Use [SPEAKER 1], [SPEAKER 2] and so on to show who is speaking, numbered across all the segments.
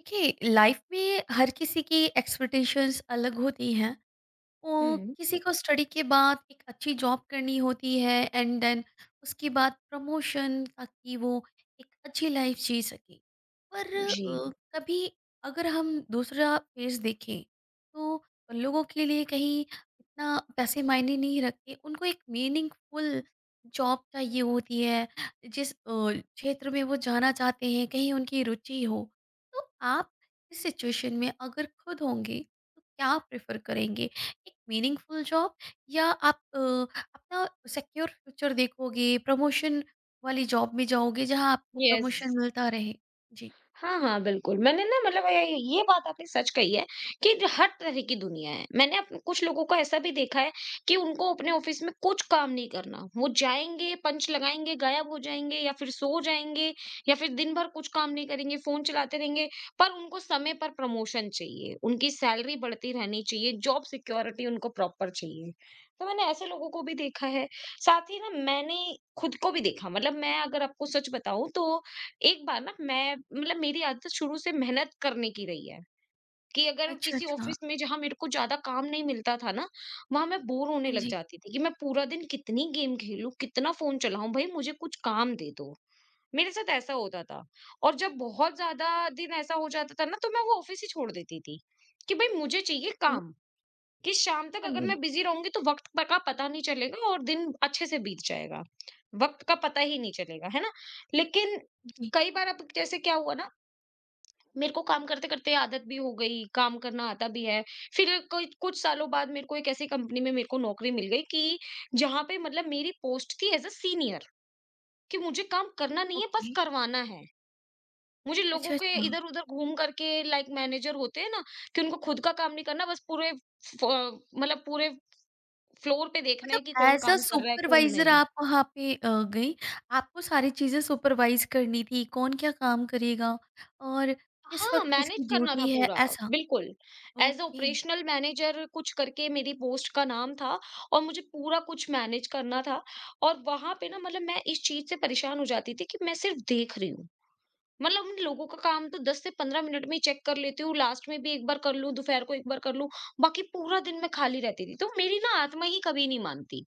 [SPEAKER 1] देखिए लाइफ में हर किसी की एक्सपेक्टेशंस अलग होती हैं। ओ,
[SPEAKER 2] Hmm।
[SPEAKER 1] किसी को स्टडी के बाद एक अच्छी जॉब करनी होती है एंड देन उसके बाद प्रमोशन ताकि वो एक अच्छी लाइफ जी सके। पर कभी अगर हम दूसरा फेस देखें तो लोगों के लिए कहीं इतना पैसे मायने नहीं रखते, उनको एक मीनिंगफुल जॉब चाहिए होती है जिस क्षेत्र में वो जाना चाहते हैं, कहीं उनकी रुचि हो। तो आप इस सिचुएशन में अगर खुद होंगे तो क्या प्रेफर करेंगे, एक मीनिंगफुल जॉब या आप अपना सिक्योर फ्यूचर देखोगे, प्रमोशन वाली जॉब में जाओगे जहाँ आपको
[SPEAKER 2] Yes।
[SPEAKER 1] प्रमोशन मिलता रहे? जी।
[SPEAKER 2] हाँ, हाँ, बिल्कुल। मैंने ना मतलब ये बात आपने सच कही है कि ज हर तरह की दुनिया है। मैंने अप कुछ लोगों को ऐसा भी देखा है कि उनको अपने ऑफ़िस में कुछ काम नहीं करना। वो जाएँगे, पंच लगाएँगे, गायब हो जाएँगे या फिर सो जाएँगे या फिर दिन भर कुछ काम नहीं करेंगे, फ़ोन चलाते रहेंगे, पर उनको समय पर प्रमोशन चाहिए, उनकी सैलरी बढ़ती रहनी चाहिए, जॉब सिक्योरिटी उनको प्रॉपर चाहिए। तो मैंने ऐसे लोगों को भी देखा है। साथ ही ना मैंने खुद को भी देखा मतलब मैं अगर आपको सच बताऊँ तो एक बार ना मैं मतलब मेरी आदत शुरू से मेहनत करने की रही है कि अगर
[SPEAKER 1] अच्छा,
[SPEAKER 2] किसी
[SPEAKER 1] अच्छा।
[SPEAKER 2] ऑफिस में जहां मेरे को ज्यादा काम नहीं मिलता था ना वहां मैं बोर होने
[SPEAKER 1] हाँ
[SPEAKER 2] लग
[SPEAKER 1] जी।
[SPEAKER 2] जाती थी कि मैं पूरा दिन कितनी गेम खेलूं कितना फोन चलाऊं भाई मुझे कुछ काम दे दो। मेरे साथ ऐसा होता था और जब बहुत ज्यादा दिन ऐसा हो जाता था ना तो मैं वो ऑफिस ही छोड़ देती थी कि भाई मुझे चाहिए
[SPEAKER 1] ओके।
[SPEAKER 2] काम। कि शाम तक
[SPEAKER 1] हाँ
[SPEAKER 2] अगर
[SPEAKER 1] जी।
[SPEAKER 2] मैं बिजी रहूंगी तो वक्त का पता नहीं चलेगा और दिन अच्छे से बीत जाएगा। वक्त का पता ही नहीं चलेगा है ना। लेकिन
[SPEAKER 1] जी।
[SPEAKER 2] कई बार अब जैसे क्या हुआ ना मेरे को काम करते करते आदत भी हो गई काम करना आता भी है। फिर कोई कुछ सालों बाद मेरे को एक ऐसी कंपनी में मेरे को नौकरी मिल गई कि जहां पे मतलब मेरी पोस्ट थी एज अ सीनियर कि मुझे काम करना नहीं है
[SPEAKER 1] ओके।
[SPEAKER 2] बस करवाना है। मुझे लोगों
[SPEAKER 1] अच्छा,
[SPEAKER 2] के
[SPEAKER 1] अच्छा।
[SPEAKER 2] इधर उधर घूम करके लाइक मैनेजर होते हैं ना कि उनको खुद का काम नहीं करना बस पूरे फ- मतलब पूरे फ्लोर पे देखना
[SPEAKER 1] मतलब
[SPEAKER 2] है कि कौन
[SPEAKER 1] एज़ अ
[SPEAKER 2] काम कर रहा है, कौन
[SPEAKER 1] सुपरवाइज़र
[SPEAKER 2] नहीं।
[SPEAKER 1] आप वहाँ पे गईं। आपको सारी चीज़ें सुपरवाइज़ करनी थी, कौन क्या काम करेगा और किस
[SPEAKER 2] हाँ,
[SPEAKER 1] वक़्त
[SPEAKER 2] मैनेज
[SPEAKER 1] किसकी
[SPEAKER 2] करना था
[SPEAKER 1] ड्यूटी है,
[SPEAKER 2] पूरा,
[SPEAKER 1] ऐसा?
[SPEAKER 2] बिल्कुल। As a
[SPEAKER 1] okay.
[SPEAKER 2] Operational manager कुछ करके मेरी पोस्ट का नाम था। और मुझे पूरा कुछ मैनेज करना था और वहाँ पे ना मतलब मैं इस चीज़ से परेशान हो जाती थी कि मैं सिर्फ देख रही हूँ। मतलब उन लोगों का काम तो 10 से 15 मिनट में ही चेक कर लेती हूँ, लास्ट में भी एक बार कर लूँ, दोपहर को एक बार कर लूँ, बाकी पूरा दिन मैं खाली रहती थी। तो मेरी ना आत्मा ही कभी नहीं मानती।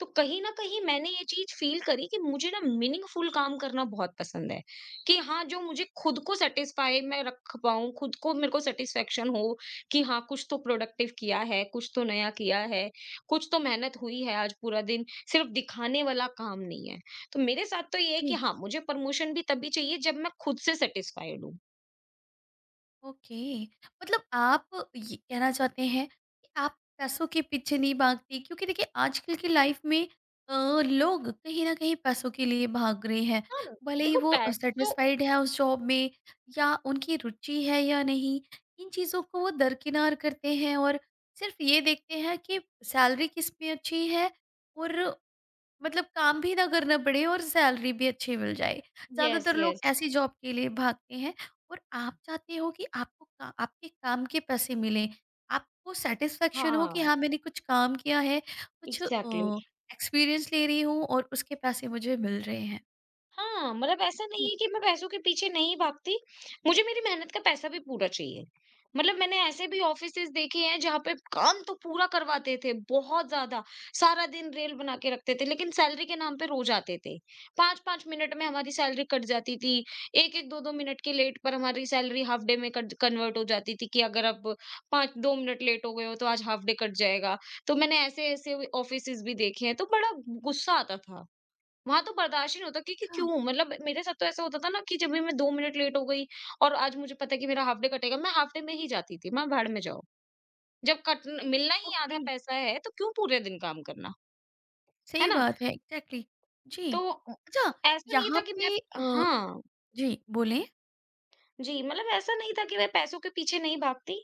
[SPEAKER 2] तो कहीं न कहीं मैंने ये चीज़ फ़ील करी कि मुझे ना मीनिंगफ़ुल काम करना बहुत पसंद है, कि हाँ, जो मुझे खुद को सैटिस्फ़ाई मैं रख पाऊँ, खुद को मेरे को सैटिस्फ़ैक्शन हो कि हाँ, कुछ तो प्रोडक्टिव किया है, कुछ तो नया किया है, कुछ तो मेहनत हुई है आज पूरा दिन, सिर्फ़ दिखाने वाला काम नहीं है। तो मेरे साथ तो ये है
[SPEAKER 1] जी।
[SPEAKER 2] कि हाँ, मुझे प्रमोशन भी तभी चाहिए जब मैं खुद से सैटिस्फ़ाइड हूँ।
[SPEAKER 1] ओके, मतलब आप ये कहना चाहते हैं कि आप पैसों के पीछे नहीं भागते, क्योंकि देखिए आजकल की लाइफ में अ, लोग कहीं ना कहीं पैसों के लिए भाग रहे हैं,
[SPEAKER 2] हाँ,
[SPEAKER 1] भले ही
[SPEAKER 2] देखो
[SPEAKER 1] वो
[SPEAKER 2] पैसों।
[SPEAKER 1] सेटिस्फाइड है उस जॉब में या उनकी रुचि है या नहीं। इन चीज़ों को वो दरकिनार करते हैं और सिर्फ ये देखते हैं कि सैलरी किस में अच्छी है और मतलब काम भी ना करना पड़े और सैलरी भी अच्छी मिल जाए।
[SPEAKER 2] यस,
[SPEAKER 1] ज़्यादातर लोग
[SPEAKER 2] यस।
[SPEAKER 1] ऐसी जॉब के लिए भागते हैं। और आप चाहते हो कि आपको का आपके काम के पैसे मिलें। आपको सैटिस्फैक्शन हो कि
[SPEAKER 2] हाँ,
[SPEAKER 1] हाँ, मैंने कुछ काम किया है, कुछ
[SPEAKER 2] एग्ज़ैक्टली।
[SPEAKER 1] एक्सपीरियंस ले रही हूँ और उसके पैसे मुझे मिल रहे हैं।
[SPEAKER 2] हाँ, मतलब ऐसा नहीं
[SPEAKER 1] जी।
[SPEAKER 2] है कि मैं पैसों के पीछे नहीं भागती, मुझे मेरी मेहनत का पैसा भी पूरा चाहिए। मतलब मैंने ऐसे भी ऑफ़िसेज़ देखे हैं जहाँ पे काम तो पूरा करवाते थे, बहुत ज़्यादा, सारा दिन रेल बना के रखते थे, लेकिन सैलरी के नाम पे रोज़ आते थे। 5-5 मिनट में हमारी सैलरी कट जाती थी, 1-1, 2-2 मिनट के लेट पर हमारी सैलरी हाल्फ डे में कट कन्वर्ट हो जाती थी कि अगर आप 5 2 मिनट लेट हो गए हो तो आज हाल्फ डे कट जाएगा। तो मैंने ऐसे-ऐसे ऑफ़िसेज़ भी देखे हैं, तो बड़ा गुस्सा आता था। वहाँ तो बर्दाश्त ही नहीं होता कि
[SPEAKER 1] अच्छा,
[SPEAKER 2] क्यों मतलब मेरे साथ तो ऐसा होता था ना कि जब भी मैं 2 मिनट लेट हो गई और आज मुझे पता है कि मेरा हाफ डे कटेगा, मैं हाफ डे में ही जाती थी, मैं भाड़ में जाओ। जब कट मिलना ही आधा
[SPEAKER 1] ओके।
[SPEAKER 2] पैसा है तो क्यों पूरे दिन काम करना, है
[SPEAKER 1] सही
[SPEAKER 2] ना?
[SPEAKER 1] बात है, एग्ज़ैक्टली। जी।
[SPEAKER 2] तो
[SPEAKER 1] अच्छा,
[SPEAKER 2] ऐसा नहीं
[SPEAKER 1] यहाँ
[SPEAKER 2] था कि मैं।
[SPEAKER 1] पे
[SPEAKER 2] हाँ।
[SPEAKER 1] जी, बोलें?
[SPEAKER 2] जी, मतलब ऐसा नहीं था कि मैं पैसों के पीछे नहीं भागती।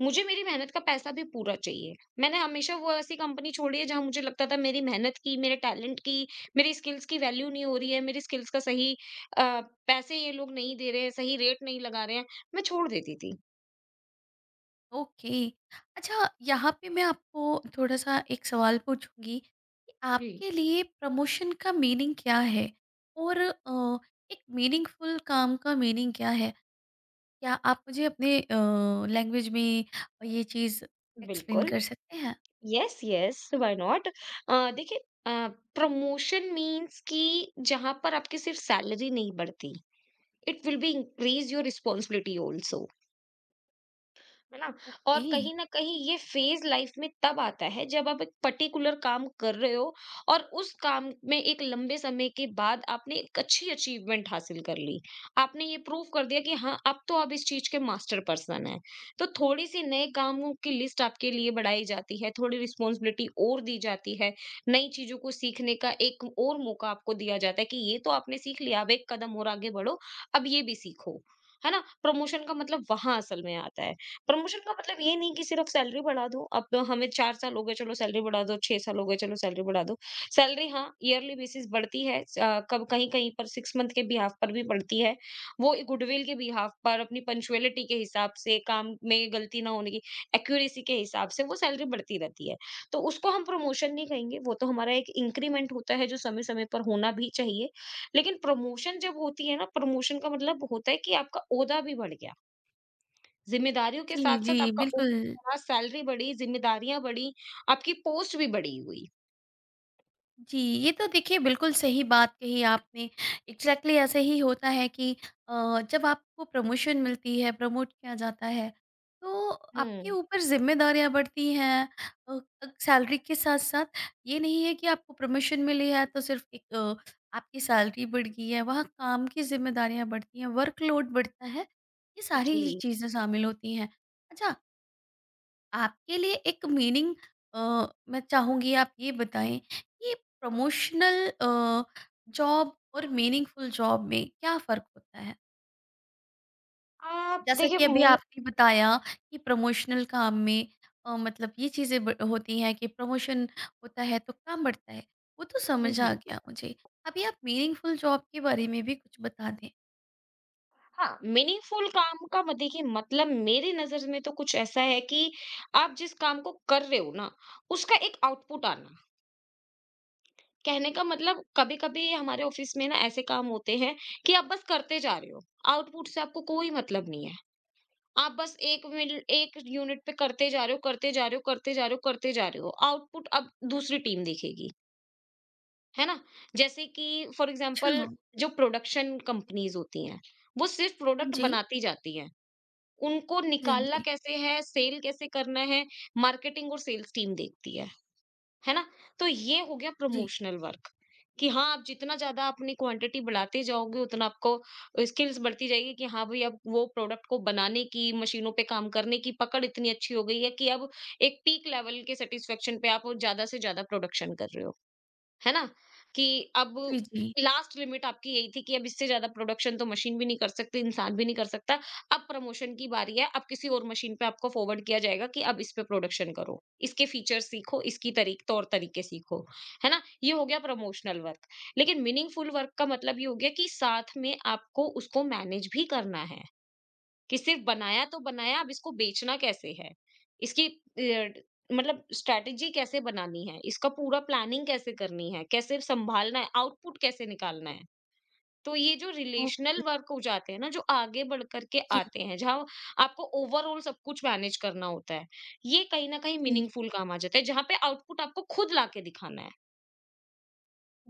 [SPEAKER 2] मुझे मेरी मेहनत का पैसा भी पूरा चाहिए। मैंने हमेशा वो ऐसी कंपनी छोड़ी है जहाँ मुझे लगता था मेरी मेहनत की, मेरे टैलेंट की, मेरी स्किल्स की वैल्यू नहीं हो रही है, मेरी स्किल्स का सही अ, पैसे ये लोग नहीं दे रहे हैं, सही रेट नहीं लगा रहे हैं, मैं छोड़ देती थी।
[SPEAKER 1] ओके। अच्छा, यहाँ पे मैं आपको थोड़ा सा एक सवाल पूछूंगी कि
[SPEAKER 2] जी।
[SPEAKER 1] आपके लिए प्रमोशन का मीनिंग क्या है और एक मीनिंगफुल काम का मीनिंग क्या है। क्या आप मुझे अपने लैंग्वेज में ये चीज़ एक्सप्लेन
[SPEAKER 2] बिल्कुल।
[SPEAKER 1] कर सकते हैं?
[SPEAKER 2] Yes, yes, why not? देखिए अ, प्रमोशन मीन्स कि जहाँ पर आपकी सिर्फ सैलरी नहीं बढ़ती, it will be increase your responsibility also. है ना? और
[SPEAKER 1] ओके।
[SPEAKER 2] कहीं न कहीं ये फेज़ लाइफ़ में तब आता है जब आप एक पर्टिकुलर काम कर रहे हो और उस काम में एक लंबे समय के बाद आपने एक अच्छी अचीवमेंट हासिल कर ली। आपने ये प्रूव कर दिया कि हाँ, अब तो आप इस चीज़ के मास्टर पर्सन हैं। तो थोड़ी-सी नए कामों की लिस्ट आपके लिए बढ़ाई जाती है, थोड़ी रिस्पॉन्सिबिलिटी और दी जाती है, नई चीज़ों को सीखने का एक और मौका आपको दिया जाता है कि ये तो आपने सीख लिया, अब एक कदम और आगे बढ़ो, अब ये भी सीखो। है ना? प्रमोशन का मतलब वहाँ असल में आता है। प्रमोशन का मतलब ये नहीं कि सिर्फ सैलरी बढ़ा दो, अब तो हमें 4 साल हो गए चलो सैलरी बढ़ा दो, 6 साल हो गए चलो सैलरी बढ़ा दो। सैलरी हाँ, ईयरली बेसिस बढ़ती है कब कहीं-कहीं पर 6 मंथ के बिहाफ़ पर भी बढ़ती है। वो गुडविल के बिहाफ़ पर, अपनी पंक्चुअलिटी के हिसाब से, काम में गलती ना होने की एक्यूरेसी के हिसाब से वो सैलरी बढ़ती रहती है। तो उसको हम प्रमोशन नहीं कहेंगे, वो तो हमारा एक इंक्रीमेंट होता है जो समय-समय पर होना भी चाहिए। लेकिन प्रमोशन जब होती है ना, प्रमोशन का मतलब होता है कि आपका ओहदा भी बढ़ गया। ज़िम्मेदारियों के
[SPEAKER 1] जी जी,
[SPEAKER 2] साथ-साथ आपका ओ
[SPEAKER 1] बिल्कुल।
[SPEAKER 2] बढ़ा, सैलरी बढ़ी, ज़िम्मेदारियाँ बढ़ी, आपकी पोस्ट भी बड़ी हुई।
[SPEAKER 1] जी, ये तो देखिए बिल्कुल सही बात कही आपने। एग्ज़ैक्टली ऐसे ही होता है कि जब आपको प्रमोशन मिलती है, प्रमोट किया जाता है, तो आपके
[SPEAKER 2] हुँ।
[SPEAKER 1] ऊपर ज़िम्मेदारियाँ बढ़ती हैं। अ, सैलरी के साथ-साथ ये नहीं है कि आपको प्रमोशन मिली है तो सिर्फ़ एक आपकी सैलरी बढ़ गई है, वहाँ काम की ज़िम्मेदारियाँ बढ़ती हैं, वर्कलोड बढ़ता है, ये सारी ही
[SPEAKER 2] जी।
[SPEAKER 1] चीज़ें शामिल होती हैं। अच्छा, आपके लिए एक मीनिंग मैं चाहूंगी आप ये बताएं कि प्रमोशनल जॉब और मीनिंगफुल जॉब में क्या फर्क होता है,
[SPEAKER 2] आप
[SPEAKER 1] जैसा
[SPEAKER 2] देखिए
[SPEAKER 1] कि अभी
[SPEAKER 2] मीनि
[SPEAKER 1] आपने बताया कि प्रमोशनल काम में मतलब ये चीजें होती हैं कि प्रमोशन होता है तो काम बढ़ता है, वो तो
[SPEAKER 2] हुँ,
[SPEAKER 1] समझ आ
[SPEAKER 2] हुँ।
[SPEAKER 1] गया मुझे। अभी आप मीनिंगफुल जॉब के बारे में भी कुछ बता दें।
[SPEAKER 2] हाँ, मीनिंगफुल काम का म देखिए मतलब मेरी नज़र में तो कुछ ऐसा है कि आप जिस काम को कर रहे हो ना, उसका एक आउटपुट आना। कहने का मतलब कभी-कभी हमारे ऑफ़िस में ना ऐसे काम होते हैं कि आप बस करते जा रहे हो, आउटपुट से आपको कोई मतलब नहीं है। आप बस एक यूनिट पे करते जा रहे हो करते जा रहे हो करते जा रहे हो करते जा रहे हो आउटपुट अब दूसरी टीम देखेगी है ना जैसे कि फॉर
[SPEAKER 1] अच्छा।
[SPEAKER 2] एग्जांपल जो प्रोडक्शन कंपनीज होती हैं वो सिर्फ
[SPEAKER 1] हाँ
[SPEAKER 2] प्रोडक्ट
[SPEAKER 1] जी।
[SPEAKER 2] बनाती जाती हैं उनको
[SPEAKER 1] जी हाँ
[SPEAKER 2] निकालना
[SPEAKER 1] जी।
[SPEAKER 2] कैसे है सेल कैसे करना है मार्केटिंग और सेल्स टीम देखती है। है ना? तो ये हो गया
[SPEAKER 1] जी।
[SPEAKER 2] प्रमोशनल वर्क कि हाँ, आप जितना ज़्यादा अपनी क्वांटिटी बढ़ाते जाओगे, उतना आपको स्किल्स बढ़ती जाएगी कि हाँ भाई, अब वो प्रोडक्ट को बनाने की, मशीनों पे काम करने की पकड़ इतनी अच्छी हो गई है कि अब एक पीक लेवल के सैटिस्फैक्शन पे आप ज़्यादा से ज़्यादा प्रोडक्शन कर रहे हो। है ना? कि अब
[SPEAKER 1] जी जी।
[SPEAKER 2] लास्ट लिमिट आपकी यही थी कि अब इससे ज़्यादा प्रोडक्शन तो मशीन भी नहीं कर सकती, इंसान भी नहीं कर सकता। अब प्रमोशन की बारी है, अब किसी और मशीन पे आपको फॉरवर्ड किया जाएगा कि अब इस पे प्रोडक्शन करो, इसके फीचर्स सीखो, इसकी तरीक तौर-तरीके सीखो, है ना? ये हो गया प्रमोशनल वर्क। लेकिन मीनिंगफुल वर्क का मतलब ये हो गया कि साथ में आपको उसको मैनेज भी करना है। कि सिर्फ बनाया तो बनाया, अब इसको बेचना कैसे है? इसकी मतलब स्ट्रैटेजी कैसे बनानी है? इसका पूरा प्लानिंग कैसे करनी है? कैसे सँभालना है? आउटपुट कैसे निकालना है? तो ये जो रिलेशनल
[SPEAKER 1] ओके।
[SPEAKER 2] वर्क हो जाते हैं ना, जो आगे बढ़ कर के
[SPEAKER 1] जी।
[SPEAKER 2] आते हैं, जहाँ आपको ओवरऑल सब कुछ मैनेज करना होता है, ये कहीं न कहीं
[SPEAKER 1] जी
[SPEAKER 2] मीनिंगफुल काम आ जाता है, जहाँ पे आउटपुट आपको खुद ला के दिखाना है।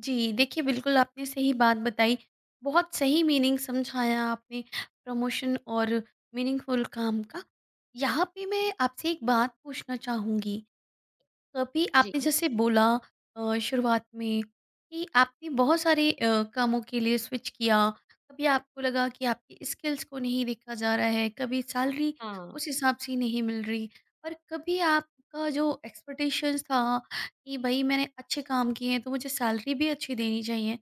[SPEAKER 1] जी, देखिए बिल्कुल आपने सही बात बताई। बहुत सही मीनिंग समझाया आपने प्रमोशन और मीनिंगफुल काम का। यहाँ पे मैं
[SPEAKER 2] जी,
[SPEAKER 1] आपसे एक बात पूछना चाहूँगी। कभी
[SPEAKER 2] जी।
[SPEAKER 1] आपने जैसे बोला शुरुआत में कि आपने बहुत सारे कामों के लिए स्विच किया, कभी आपको लगा कि आपकी स्किल्स को नहीं देखा जा रहा है, कभी सैलरी
[SPEAKER 2] हाँ,
[SPEAKER 1] उस हिसाब से नहीं मिल रही, और कभी आपका जो एक्सपेक्टेशंस था कि भाई मैंने अच्छे काम किए हैं तो मुझे सैलरी भी अच्छी देनी चाहिए।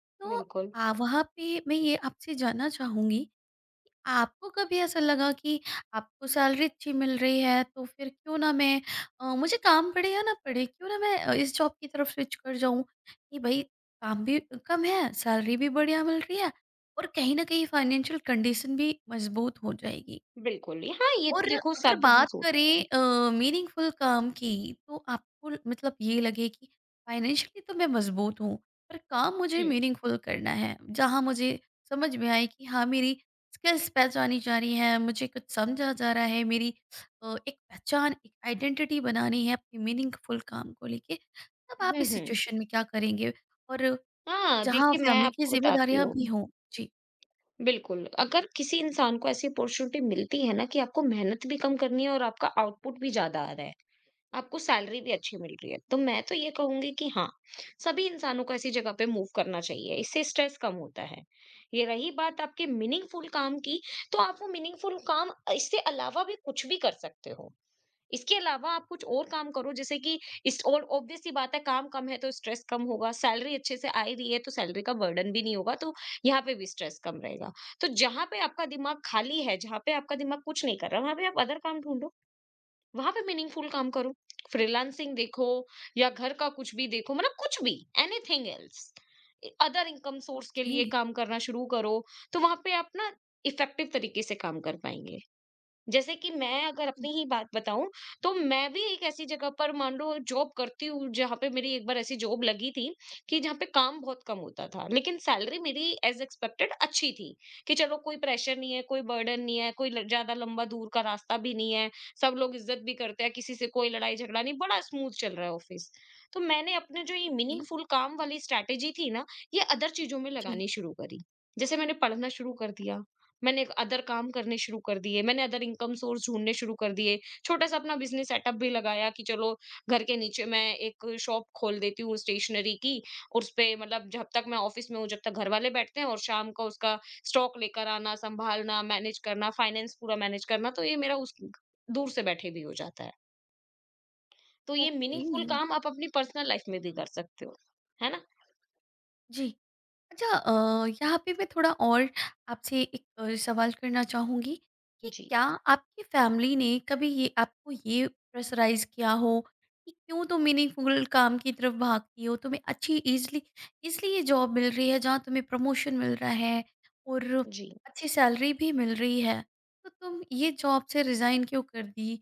[SPEAKER 1] तो
[SPEAKER 2] बिल्कुल,
[SPEAKER 1] वहाँ पे मैं ये आपसे जानना चाहूँगी, आपको कभी ऐसा लगा कि आपको सैलरी अच्छी मिल रही है तो फिर क्यों ना मैं मुझे काम पड़े या ना पड़े, क्यों ना मैं इस जॉब की तरफ स्विच कर जाऊं कि भाई काम भी कम है, सैलरी भी बढ़िया मिल रही है और कहीं ना कहीं फाइनेंशियल कंडीशन भी मजबूत हो जाएगी।
[SPEAKER 2] बिल्कुल। हाँ, ये
[SPEAKER 1] और
[SPEAKER 2] तो देखो
[SPEAKER 1] अगर
[SPEAKER 2] सब ही
[SPEAKER 1] बात
[SPEAKER 2] सोचते हैं।
[SPEAKER 1] करें मीनिंगफुल काम की, तो आपको मतलब ये लगे कि फाइनेंशियली तो मैं मजबूत हूँ पर काम मुझे
[SPEAKER 2] हुँ।
[SPEAKER 1] मीनिंगफुल करना है जहाँ मुझे समझ में आए कि हाँ, मेरी स्किल्स पहचानी जा रही है, मुझे कुछ समझा जा रहा है, मेरी एक पहचान, एक आइडेंटिटी बनानी है अपने मीनिंगफुल काम को लेके। तब आप
[SPEAKER 2] हुँ,
[SPEAKER 1] इस
[SPEAKER 2] हुँ।
[SPEAKER 1] सिचुएशन में क्या करेंगे, और
[SPEAKER 2] हाँ,
[SPEAKER 1] जहाँ
[SPEAKER 2] देखिए मैं
[SPEAKER 1] फैमिली की
[SPEAKER 2] आपको बताती
[SPEAKER 1] जिम्मेदारियां भी
[SPEAKER 2] हूँ।
[SPEAKER 1] हों? जी।
[SPEAKER 2] बिल्कुल, अगर किसी इंसान को ऐसी अपॉर्च्युनिटी मिलती है ना कि आपको मेहनत भी कम करनी है और आपका आउटपुट भी ज़्यादा आ रहा है, आपको सैलरी भी अच्छी मिल रही है, तो मैं तो ये कहूँगी कि हाँ, सभी इंसानों को ऐसी जगह पे मूव करना चाहिए, इससे स्ट्रेस कम होता है। ये रही बात आपके मीनिंगफुल काम की, तो आप वो मीनिंगफुल काम इससे अलावा भी कुछ भी कर सकते हो। इसके अलावा आप कुछ और काम करो जैसे कि इस और ऑब्वियस सी बात है काम कम है तो स्ट्रेस कम होगा, सैलरी अच्छे से आ ही रही है तो सैलरी का बर्डन भी नहीं होगा तो यहाँ पे भी स्ट्रेस कम रहेगा। तो जहाँ पे आपका दिमाग खाली है, जहाँ पे आपका दिमाग कुछ नहीं कर रहा, वहाँ पे आप अदर काम ढूँढो, वहाँ पे मीनिंगफुल काम करो। फ्रीलांसिंग देखो या घर का कुछ भी देखो मतलब कुछ भी anything else. A other income source के
[SPEAKER 1] ओके।
[SPEAKER 2] लिए काम करना शुरू करो, तो वहाँ पे आप ना इफेक्टिव तरीके से काम कर पाएँगे। जैसे कि मैं अगर अपनी ही बात बताऊं तो मैं भी एक ऐसी जगह पर मान लो जॉब करती हूँ जहाँ पे मेरी एक बार ऐसी जॉब लगी थी कि जहाँ पे काम बहुत कम होता था लेकिन सैलरी मेरी एज एक्सपेक्टेड अच्छी थी कि चलो कोई प्रेशर नहीं है कोई बर्डन नहीं है कोई ज्यादा लंबा दूर का रास्ता भी नहीं है सब लोग इज्जत भी करते हैं किसी से कोई लड़ाई झगड़ा नहीं बड़ा स्मूथ चल रहा है ऑफिस। तो मैंने अपने जो ये
[SPEAKER 1] ओके।
[SPEAKER 2] मीनिंगफुल काम वाली स्ट्रैटेजी थी ना ये अदर चीजों में
[SPEAKER 1] जी।
[SPEAKER 2] लगानी शुरू करी। जैसे मैंने पढ़ना शुरू कर दिया, मैंने एक अदर काम करने शुरू कर दिए, मैंने अदर इनकम सोर्स ढूँढने शुरू कर दिए, छोटा-सा अपना बिज़नेस सेटअप भी लगाया कि चलो घर के नीचे मैं एक शॉप खोल देती हूँ स्टेशनरी की, उसपे मतलब जब तक मैं ऑफ़िस में हूँ, जब तक घरवाले बैठते हैं और शाम को उसका स्टॉक लेकर आना, सँभालना, मैनेज करना, फाइनेंस पूरा मैनेज करना, तो ये मेरा उस दूर से बैठे भी हो जाता है। तो ये
[SPEAKER 1] ओके।
[SPEAKER 2] मीनिंगफुल काम आप अपनी पर्सनल लाइफ़ में भी कर सकते हो, है ना?
[SPEAKER 1] जी। अच्छा, यहाँ पे मैं थोड़ा और आपसे एक सवाल करना चाहूँगी कि
[SPEAKER 2] जी,
[SPEAKER 1] क्या आपकी फैमिली ने कभी ये आपको ये प्रेशराइज़ किया हो कि क्यों तुम मीनिंगफुल काम की तरफ भागती हो? तुम्हें अच्छी ईज़िली इसलिए ये जॉब मिल रही है जहाँ तुम्हें प्रमोशन मिल रहा है और
[SPEAKER 2] जी।
[SPEAKER 1] अच्छी सैलरी भी मिल रही है, तो तुम ये जॉब से रिज़ाइन क्यों कर दी?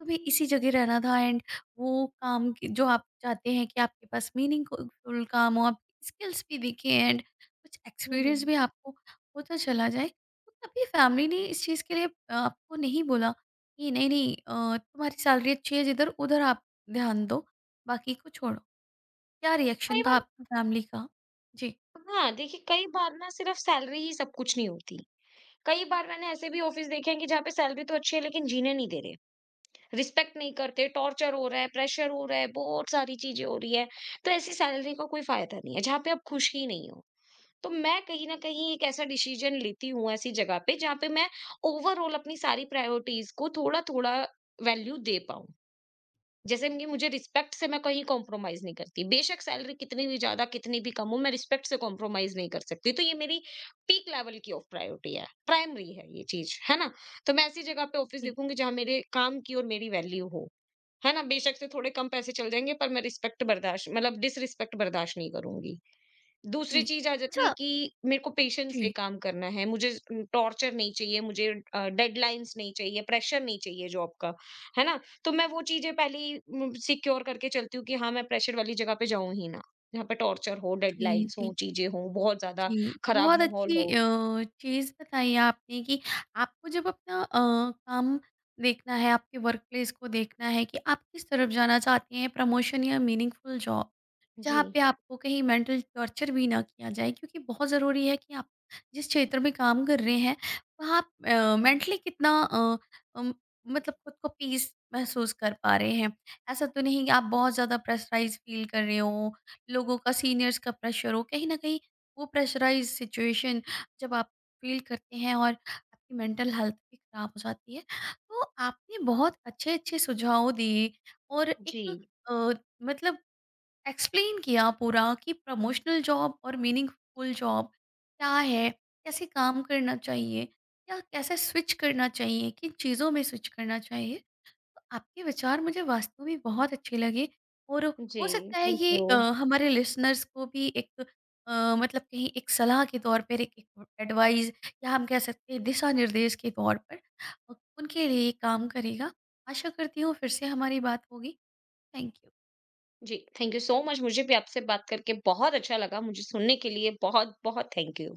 [SPEAKER 1] तुम्हें इसी जगह रहना था एंड वो काम की जो आप चाहते हैं कि आपके पास मीनिंगफुल काम हो, आप स्किल्स भी दिखें एंड कुछ
[SPEAKER 2] हुँ,
[SPEAKER 1] एक्सपीरियंस
[SPEAKER 2] हुँ।
[SPEAKER 1] भी आपको होता चला जाए। तो कभी फैमिली ने इस चीज़ के लिए आपको नहीं बोला कि नहीं, नहीं तुम्हारी सैलरी अच्छी है, जिधर-उधर आप ध्यान दो, बाकी को छोड़ो? क्या रिएक्शन
[SPEAKER 2] कई
[SPEAKER 1] था
[SPEAKER 2] बार
[SPEAKER 1] आपकी फैमिली का? जी,
[SPEAKER 2] हाँ, देखिए कई बार ना सिर्फ़ सैलरी ही सब कुछ नहीं होती। कई बार मैंने ऐसे भी ऑफिस देखे हैं कि जहाँ पे सैलरी तो अच्छी है लेकिन जीने नहीं दे रहे, रिस्पेक्ट नहीं करते, टॉर्चर हो रहा है, प्रेशर हो रहा है, बहुत सारी चीजें हो रही है। तो ऐसी सैलरी का कोई फायदा नहीं है जहाँ पे आप खुश ही नहीं हो। तो मैं कहीं ना कहीं एक ऐसा डिसीजन लेती हूँ ऐसी जगह पे जहाँ पे मैं ओवरऑल अपनी सारी प्रायोरिटीज को थोड़ा थोड़ा वैल्यू दे पाऊं। जैसे कि मुझे रिस्पेक्ट से मैं कहीं कॉम्प्रोमाइज नहीं करती, बेशक सैलरी कितनी भी ज्यादा कितनी भी कम हो, मैं रिस्पेक्ट से कॉम्प्रोमाइज नहीं कर सकती, तो ये मेरी पीक लेवल की ऑफ प्रायोरिटी है, प्राइमरी है ये चीज, है ना? तो मैं ऐसी जगह पे ऑफिस
[SPEAKER 1] जी,
[SPEAKER 2] देखूंगी जहां मेरे काम की और मेरी वैल्यू हो, है ना? बेशक से थोड़े कम पैसे चल जाएंगे पर मैं रिस्पेक्ट बर्दाश्त मतलब डिसरिस्पेक्ट बर्दाश्त नहीं करूंगी।
[SPEAKER 1] जी।
[SPEAKER 2] दूसरी चीज़ आ जाती है
[SPEAKER 1] अच्छा।
[SPEAKER 2] कि मेरे को पेशेंस से
[SPEAKER 1] जी,
[SPEAKER 2] काम करना है, मुझे टॉर्चर नहीं चाहिए, मुझे डेडलाइन्स नहीं चाहिए, प्रेशर नहीं चाहिए जॉब का, है ना? तो मैं वो चीज़ें पहले ही सिक्योर करके चलती हूँ कि हाँ, मैं प्रेशर वाली जगह पे जाऊँ ही ना, जहाँ पे टॉर्चर हो,
[SPEAKER 1] जी,
[SPEAKER 2] डेडलाइन्स
[SPEAKER 1] जी।
[SPEAKER 2] हों, चीज़ें हों, बहुत ज़्यादा
[SPEAKER 1] जी,
[SPEAKER 2] खराब
[SPEAKER 1] बहुत
[SPEAKER 2] माहौल
[SPEAKER 1] अच्छी
[SPEAKER 2] हो।
[SPEAKER 1] चीज़ बताई आपने कि आपको जब अपना काम देखना है, आपके वर्क प्लेस को देखना है कि आप किस तरफ जाना चाहते हैं, प्रमोशन या मीनिंगफुल जॉब।
[SPEAKER 2] जी,
[SPEAKER 1] जहाँ पे आपको कहीं मेंटल टॉर्चर भी ना किया जाए, क्योंकि बहुत ज़रूरी है कि आप जिस क्षेत्र में काम कर रहे हैं वहाँ आप मेंटली कितना अम, मतलब खुद को पीस महसूस कर पा रहे हैं, ऐसा तो नहीं कि आप बहुत ज़्यादा प्रेशराइज फील कर रहे हो, लोगों का, सीनियर्स का प्रेशर हो कहीं ना कहीं। वो प्रेशराइज सिचुएशन जब आप फील करते हैं और आपकी मेंटल हेल्थ भी खराब हो जाती है, तो आपने बहुत अच्छे अच्छे सुझाव दिए और एक
[SPEAKER 2] जी,
[SPEAKER 1] अ, मतलब एक्सप्लेन किया पूरा कि प्रमोशनल जॉब और मीनिंगफुल जॉब क्या है, कैसे काम करना चाहिए या कैसे स्विच करना चाहिए, किन चीज़ों में स्विच करना चाहिए। तो आपके विचार मुझे वास्तव में बहुत अच्छे लगे। और
[SPEAKER 2] जी,
[SPEAKER 1] हो सकता है
[SPEAKER 2] थैंक
[SPEAKER 1] ये
[SPEAKER 2] यू।
[SPEAKER 1] हमारे लिसनर्स को भी एक मतलब कहीं एक सलाह के तौर पर, एक एक एडवाइस या हम कह सकते हैं दिशा-निर्देश के तौर पर उनके लिए ये काम करेगा। आशा करती हूँ फिर से हमारी बात होगी। Thank you.
[SPEAKER 2] जी, थैंक यू सो मच मुझे भी आपसे बात करके बहुत अच्छा लगा, मुझे सुनने के लिए बहुत-बहुत थैंक यू।